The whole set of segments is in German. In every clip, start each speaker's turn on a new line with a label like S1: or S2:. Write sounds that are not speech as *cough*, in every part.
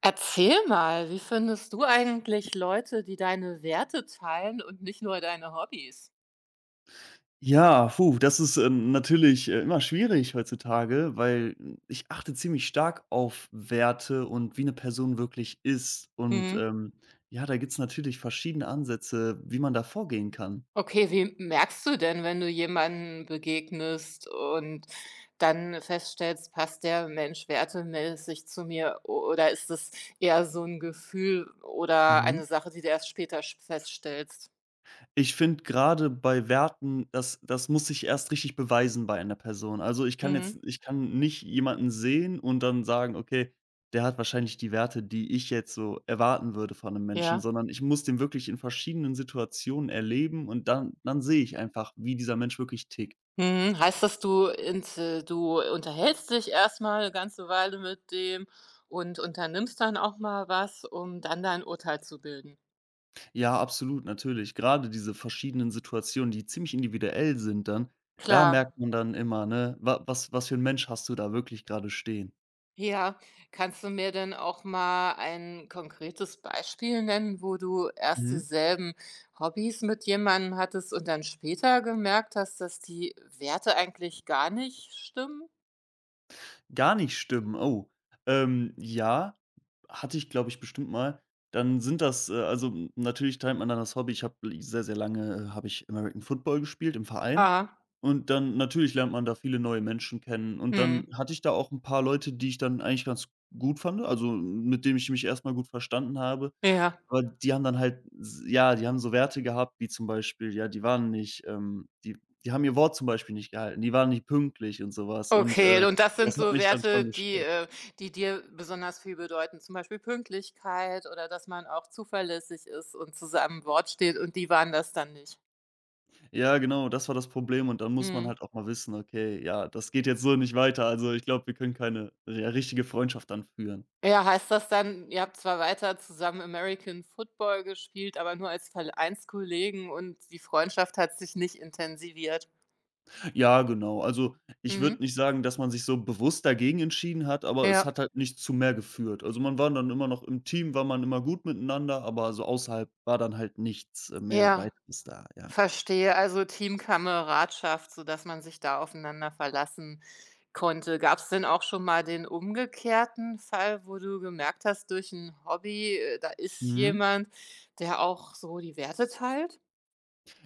S1: Erzähl mal, wie findest du eigentlich Leute, die deine Werte teilen und nicht nur deine Hobbys?
S2: Ja, puh, das ist, natürlich, immer schwierig heutzutage, weil, ich achte ziemlich stark auf Werte und wie eine Person wirklich ist. Und,
S1: Mhm.
S2: ähm, ja, da gibt's natürlich verschiedene Ansätze, wie man da vorgehen kann.
S1: Okay, wie merkst du denn, wenn du jemanden begegnest und dann feststellst, passt der Mensch wertemäßig zu mir oder ist es eher so ein Gefühl oder
S2: Mhm.
S1: eine Sache, die du erst später feststellst?
S2: Ich finde gerade bei Werten, das muss sich erst richtig beweisen bei einer Person. Also,
S1: Mhm.
S2: ich kann nicht jemanden sehen und dann sagen: „Okay, der hat wahrscheinlich die Werte, die ich jetzt so erwarten würde von einem Menschen“,
S1: Ja.
S2: sondern ich muss den wirklich in verschiedenen Situationen erleben und dann sehe ich einfach, wie dieser Mensch wirklich tickt.
S1: Mhm. Heißt das, du unterhältst dich erst mal 'ne ganze Weile mit dem und unternimmst dann auch mal was, um dann dein Urteil zu bilden?
S2: Ja, absolut, natürlich. Gerade diese verschiedenen Situationen, die ziemlich individuell sind dann, da merkt
S1: Klar.
S2: man dann immer, ne, wa was was für ein Mensch hast du da wirklich gerade stehen.
S1: Ja. Kannst du mir denn auch mal ein konkretes Beispiel nennen, wo du erst
S2: Mhm.
S1: dieselben Hobbys mit jemandem hattest und dann später gemerkt hast, dass die Werte eigentlich gar nicht stimmen?
S2: Gar nicht stimmen, oh. Ja, hatte ich, glaube ich, bestimmt mal. Dann sind das, also, n natürlich teilt man dann das Hobby. Ich habe sehr, sehr lange, habe ich American Football gespielt im Verein
S1: Ah.
S2: und dann natürlich lernt man da viele neue Menschen kennen und
S1: Hm.
S2: dann hatte ich da auch ein paar Leute, die ich dann eigentlich ganz gut fand, also, mit denen ich mich erst mal gut verstanden habe.
S1: Ja.
S2: Aber die haben dann halt s ja, die haben so Werte gehabt, wie zum Beispiel, ja, die waren nicht, die die haben ihr Wort zum Beispiel nicht gehalten, die waren nicht pünktlich und sowas und,
S1: Okay,
S2: äh,
S1: und das sind
S2: das hat
S1: so
S2: mich dann
S1: Werte,
S2: schon
S1: die,
S2: gestört.
S1: die dir besonders viel bedeuten, zum Beispiel Pünktlichkeit oder dass man auch zuverlässig ist und zu seinem Wort steht und die waren das dann nicht?
S2: Ja, genau, das war das Problem und dann muss man
S1: Mhm.
S2: halt auch mal wissen: „Okay, ja, das geht jetzt so nicht weiter. Also, ich glaube, wir können keine, ja, richtige Freundschaft dann führen.“
S1: Ja, heißt das dann, ihr habt zwar weiter zusammen American Football gespielt, aber nur als Vereinskollegen und die Freundschaft hat sich nicht intensiviert?
S2: Ja, genau. Also, ich würde
S1: Mhm.
S2: nicht sagen, dass man sich so bewusst dagegen entschieden hat, aber es hat
S1: Ja,
S2: halt nicht zu mehr geführt. Also, man war dann immer noch im Team war man immer gut miteinander, aber so außerhalb war dann halt nichts, mehr
S1: ja.
S2: Weiteres da, ja.
S1: Verstehe, also Teamkameradschaft, sodass man sich da aufeinander verlassen konnte. Gab es denn auch schon mal den umgekehrten Fall, wo du gemerkt hast, durch ein Hobby, da ist
S2: Mhm.
S1: jemand, der auch so die Werte teilt?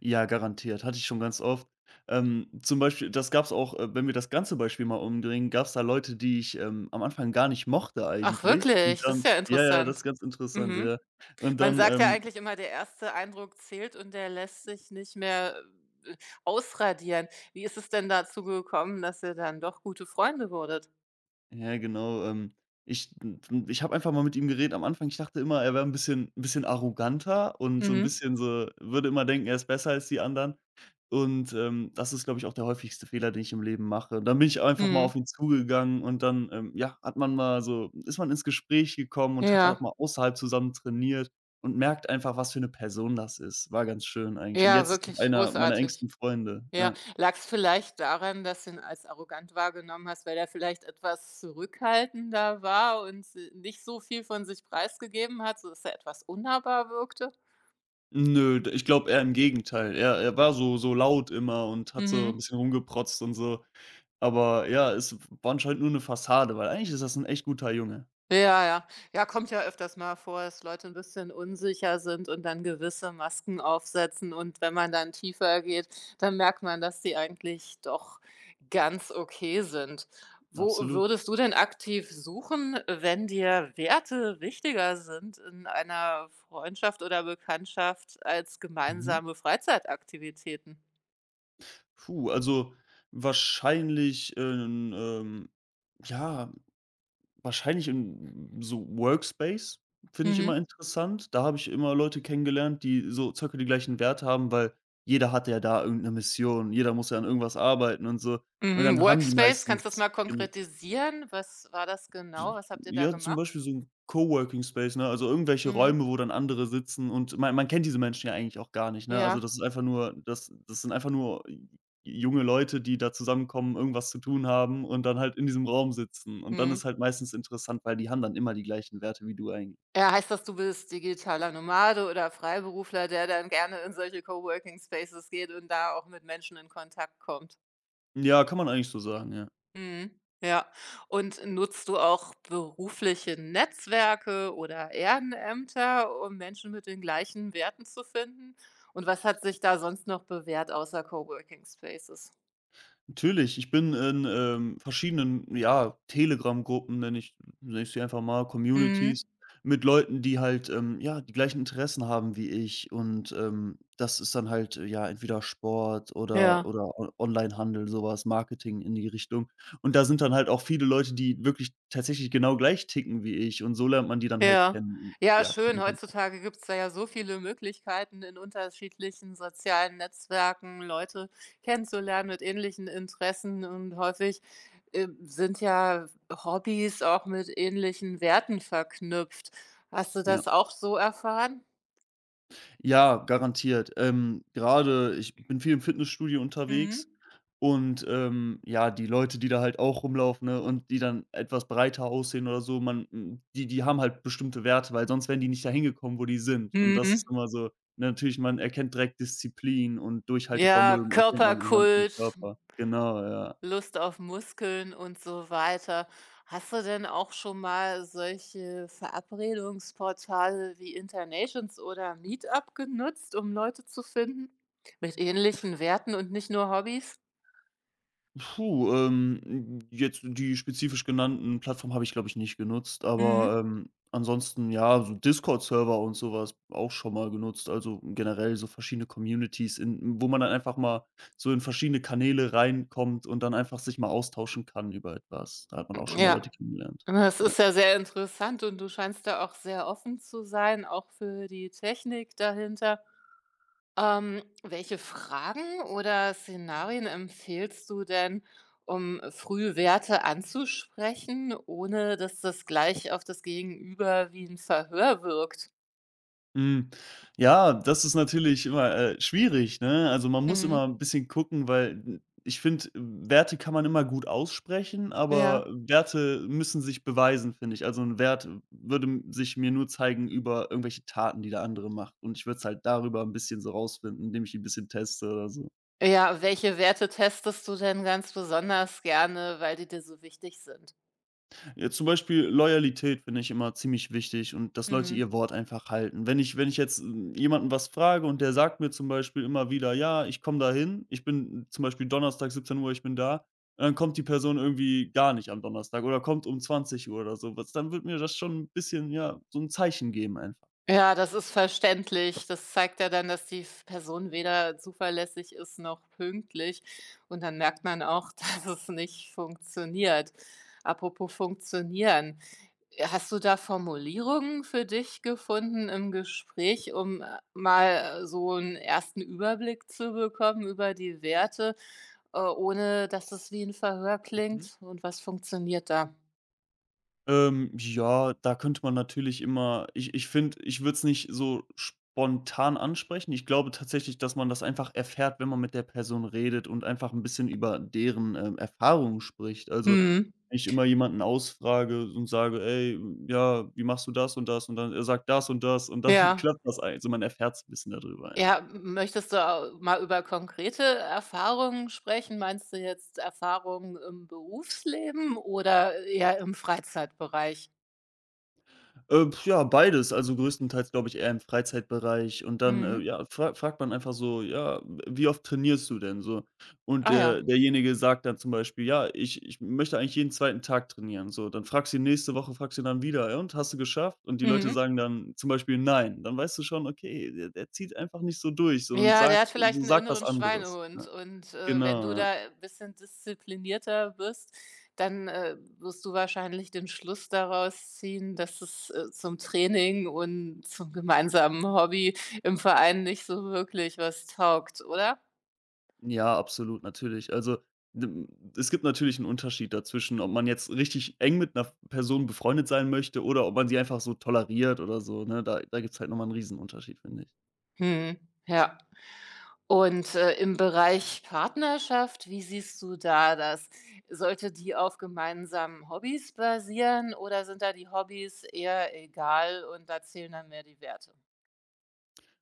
S2: Ja, garantiert, hatte ich schon ganz oft. Zum Beispiel das gab's auch, wenn wir das ganze Beispiel mal umdrehen, gab's da Leute, die ich, am Anfang gar nicht mochte
S1: Ach
S2: eigentlich und
S1: wirklich? Das ist
S2: dann
S1: ja
S2: ja, ja, das
S1: interessant.
S2: ist ganz interessant,
S1: Mhm.
S2: ja. Und
S1: Man
S2: dann,
S1: sagt ja
S2: ähm.
S1: eigentlich immer, der erste Eindruck zählt und der lässt sich nicht mehr, äh, ausradieren. Wie ist es denn dazu gekommen, dass ihr dann doch gute Freunde wurdet?
S2: Ja, genau. Ähm, ich hm, ich habe einfach mal mit ihm geredet am Anfang. Ich dachte immer, er wäre ein bisschen arroganter und so ein
S1: Mhm.
S2: bisschen, so würde immer denken, er ist besser als die anderen. Und, das ist, glaube ich, auch der häufigste Fehler, den ich im Leben mache. Dann bin ich einfach mal auf
S1: Mhm.
S2: ihn zugegangen und dann, ja, hat man mal so ist man ins Gespräch gekommen und hat auch
S1: Ja.
S2: mal außerhalb zusammen trainiert und merkt einfach, was für eine Person das ist. War ganz schön eigentlich. Und
S1: Ja,
S2: jetzt ist es
S1: wirklich
S2: einer meiner
S1: großartig.
S2: engsten Freunde,
S1: Ja,
S2: ja.
S1: lag es vielleicht daran, dass du ihn als arrogant wahrgenommen hast, weil er vielleicht etwas zurückhaltender war und, nicht so viel von sich preisgegeben hat, sodass er etwas unnahbar wirkte?
S2: Nö, d ich glaube eher im Gegenteil. Er war so laut immer und hat so ein
S1: Mhm.
S2: bisschen rumgeprotzt und so. Aber ja, es w war anscheinend nur eine Fassade, weil eigentlich ist das ein echt guter Junge.
S1: Ja, ja. Ja, kommt ja öfters mal vor, dass Leute ein bisschen unsicher sind und dann gewisse Masken aufsetzen. Und wenn man dann tiefer geht, dann merkt man, dass die eigentlich doch ganz okay sind. Wo
S2: Absolut.
S1: würdest du denn aktiv suchen, wenn dir Werte wichtiger sind in einer Freundschaft oder Bekanntschaft als
S2: Mhm.
S1: gemeinsame Freizeitaktivitäten?
S2: Puh, also wahrscheinlich, ja, wahrscheinlich in so Workspace finde ich immer
S1: Mhm.
S2: interessant. Da habe ich immer Leute kennengelernt, die so circa die gleichen Werte haben, weil jeder hat ja da irgendeine Mission. Jeder muss ja an irgendwas arbeiten und so. Und
S1: Mhm.
S2: dann haben die
S1: Workspace, kannst du das
S2: meistens
S1: mal
S2: genau.
S1: konkretisieren? Was war das genau? Was habt ihr da
S2: Ja, zum
S1: gemacht?
S2: Beispiel so ein Coworking Space, ne? Also, irgendwelche
S1: Mhm.
S2: Räume, wo dann andere sitzen und man kennt diese Menschen ja eigentlich auch gar nicht, ne? Also,
S1: Ja.
S2: das sind einfach nur junge Leute, die da zusammenkommen, irgendwas zu tun haben und dann halt in diesem Raum sitzen. Und dann ist
S1: Mhm.
S2: halt meistens interessant, weil die haben dann immer die gleichen Werte wie du eigentlich.
S1: Ja, heißt das, du bist digitaler Nomade oder Freiberufler, der dann gerne in solche Coworking Spaces geht und da auch mit Menschen in Kontakt kommt?
S2: Ja, kann man eigentlich so sagen, ja.
S1: Mhm. Ja. Und nutzt du auch berufliche Netzwerke oder Ehrenämter, um Menschen mit den gleichen Werten zu finden? Und was hat sich da sonst noch bewährt außer Coworking Spaces?
S2: Natürlich, ich bin in, verschiedenen, ja, Telegram-Gruppen, nenne ich sie einfach mal,
S1: Mhm.
S2: Communities mit Leuten, die halt, ja, die gleichen Interessen haben wie ich und das ist dann halt, ja, entweder Sport
S1: Ja.
S2: oder On Onlinehandel, sowas, Marketing in die Richtung. Und da sind dann halt auch viele Leute, die wirklich tatsächlich genau gleich ticken wie ich und so lernt man die dann halt
S1: Ja.
S2: kennen.
S1: Ja,
S2: Ja,
S1: schön.
S2: guten Kontakt,
S1: Heutzutage gibt's da ja so viele Möglichkeiten, in unterschiedlichen sozialen Netzwerken Leute kennenzulernen mit ähnlichen Interessen und häufig, sind ja Hobbys auch mit ähnlichen Werten verknüpft. Hast du
S2: ja.
S1: das auch so erfahren?
S2: Ja, garantiert. Grade ich bin viel im Fitnessstudio unterwegs
S1: Mhm.
S2: und ja, die Leute, die da halt auch rumlaufen, ne, und die dann etwas breiter aussehen oder so, die die haben halt bestimmte Werte, weil sonst wären die nicht dahin gekommen, wo die sind. Und das
S1: Mhm.
S2: ist immer so, ne, natürlich, man erkennt direkt Disziplin und
S1: Ja,
S2: Durchhaltevermögen erkennt man anhand dem
S1: Körperkult.
S2: Körper. Genau, ja.
S1: Lust auf Muskeln und so weiter. Hast du denn auch schon mal solche Verabredungsportale wie Internations oder Meetup genutzt, um Leute zu finden mit ähnlichen Werten und nicht nur Hobbys?
S2: Puh, jetzt die spezifisch genannten Plattformen habe ich, glaube ich, nicht genutzt, aber,
S1: Mhm.
S2: ansonsten, ja, so Discord-Server und sowas auch schon mal genutzt. Also, generell so verschiedene Communities, in wo man dann einfach mal so in verschiedene Kanäle reinkommt und dann einfach sich mal austauschen kann über etwas. Da hat man auch schon mal Leute
S1: Ja,
S2: kennengelernt.
S1: das
S2: Ja.
S1: ist ja sehr interessant und du scheinst da auch sehr offen zu sein, auch für die Technik dahinter. Welche Fragen oder Szenarien empfiehlst du denn, um früh Werte anzusprechen, ohne dass das gleich auf das Gegenüber wie ein Verhör wirkt?
S2: Hm, ja, das ist natürlich immer, schwierig, ne? Also, man muss
S1: Mhm.
S2: immer ein bisschen gucken, weil n ich finde, Werte kann man immer gut aussprechen, aber
S1: Ja.
S2: Werte müssen sich beweisen, finde ich. Also, ein Wert würde m sich mir nur zeigen über irgendwelche Taten, die der andere macht und ich würde es halt darüber ein bisschen so rausfinden, indem ich ihn ein bisschen teste oder so.
S1: Ja, welche Werte testest du denn ganz besonders gerne, weil die dir so wichtig sind?
S2: Ja, zum Beispiel Loyalität finde ich immer ziemlich wichtig und dass Leute
S1: Mhm.
S2: ihr Wort einfach halten. Wenn ich jetzt, jemanden was frage und der sagt mir zum Beispiel immer wieder: „Ja, ich komme dahin, ich bin zum Beispiel Donnerstag 17 Uhr, ich bin da.“ Und dann kommt die Person irgendwie gar nicht am Donnerstag oder kommt um 20 Uhr oder so was, dann wird mir das schon ein bisschen, ja, so ein Zeichen geben einfach.
S1: Ja, das ist verständlich. Das zeigt ja dann, dass die f Person weder zuverlässig ist noch pünktlich. Und dann merkt man auch, *laughs* dass es nicht funktioniert. Apropos funktionieren. Hast du da Formulierungen für dich gefunden im Gespräch, um, mal so einen ersten Überblick zu bekommen über die Werte, ohne dass es wie ein Verhör klingt? Und was funktioniert da?
S2: Ja, da könnte man natürlich immer ich finde, ich würde es nicht so spontan ansprechen. Ich glaube tatsächlich, dass man das einfach erfährt, wenn man mit der Person redet und einfach ein bisschen über deren, Erfahrungen spricht. Also,
S1: Mhm.
S2: wenn ich immer jemanden ausfrage und sage: „Ey, ja, wie machst du das und das?“ Und dann er sagt das und das und dann *laughs*
S1: Ja.
S2: klappt das eigentlich. Also, man erfährt's ein bisschen darüber, ja.
S1: Ja, m möchtest du au mal über konkrete Erfahrungen sprechen? Meinst du jetzt Erfahrungen im Berufsleben oder eher im Freizeitbereich?
S2: Ja, beides, also größtenteils, glaube ich, eher im Freizeitbereich und dann,
S1: Mhm.
S2: ja, fragt man einfach so: „Ja, wie oft trainierst du denn so?“ Und
S1: Ah ja.
S2: der derjenige sagt dann zum Beispiel: „Ja, ich möchte eigentlich jeden zweiten Tag trainieren.“ So, dann fragst du ihn nächste Woche fragst du ihn dann wieder: „Ja und, hast du geschafft?“ Und die Leute
S1: Mhm.
S2: sagen dann zum Beispiel: „Nein.“ Dann weißt du schon, okay, der zieht einfach nicht so durch so und
S1: Ja, der
S2: sagt
S1: hat vielleicht einen
S2: sagt was
S1: inneren
S2: anderes,
S1: Schweinehund
S2: ne?
S1: und, wenn
S2: Genau,
S1: du
S2: ja.
S1: da ein bisschen disziplinierter bist, dann, wirst du wahrscheinlich den Schluss daraus ziehen, dass es, zum Training und zum gemeinsamen Hobby im Verein nicht so wirklich was taugt, oder?
S2: Ja, absolut, natürlich. Also, d es gibt natürlich einen Unterschied dazwischen, ob man jetzt richtig eng mit einer Person befreundet sein möchte oder ob man sie einfach so toleriert oder so, ne? Da gibt's halt noch mal 'n Riesenunterschied, finde ich.
S1: Mhm. Ja. Und, im Bereich Partnerschaft, wie siehst du da das? Sollte die auf gemeinsamen Hobbys basieren oder sind da die Hobbys eher egal und da zählen dann mehr die Werte?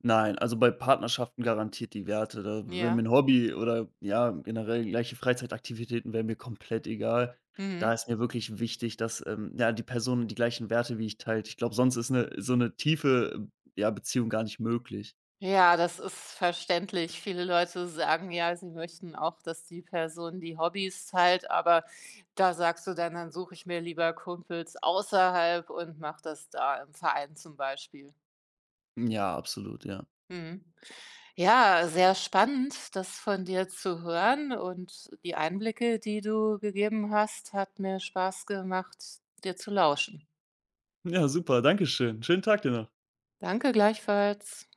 S2: Nein, also, bei Partnerschaften garantiert die Werte. Da wäre
S1: Ja,
S2: mir 'n Hobby oder, ja, generell gleiche Freizeitaktivitäten wären mir komplett egal. Da
S1: mhm.
S2: ist mir wirklich wichtig, dass, ja, die Person die gleichen Werte wie ich teilt. Ich glaube, sonst ist eine tiefe, ja, Beziehung gar nicht möglich.
S1: Ja, das ist verständlich. Viele Leute sagen ja, sie möchten auch, dass die Person die Hobbys teilt, aber da sagst du dann: „Dann suche ich mir lieber Kumpels außerhalb und mache das da im Verein zum Beispiel.“
S2: Ja, absolut, ja.
S1: Mhm. Ja, sehr spannend, das von dir zu hören und die Einblicke, die du gegeben hast, hat mir Spaß gemacht, dir zu lauschen.
S2: Ja, super, danke schön. Schönen Tag dir noch.
S1: Danke gleichfalls.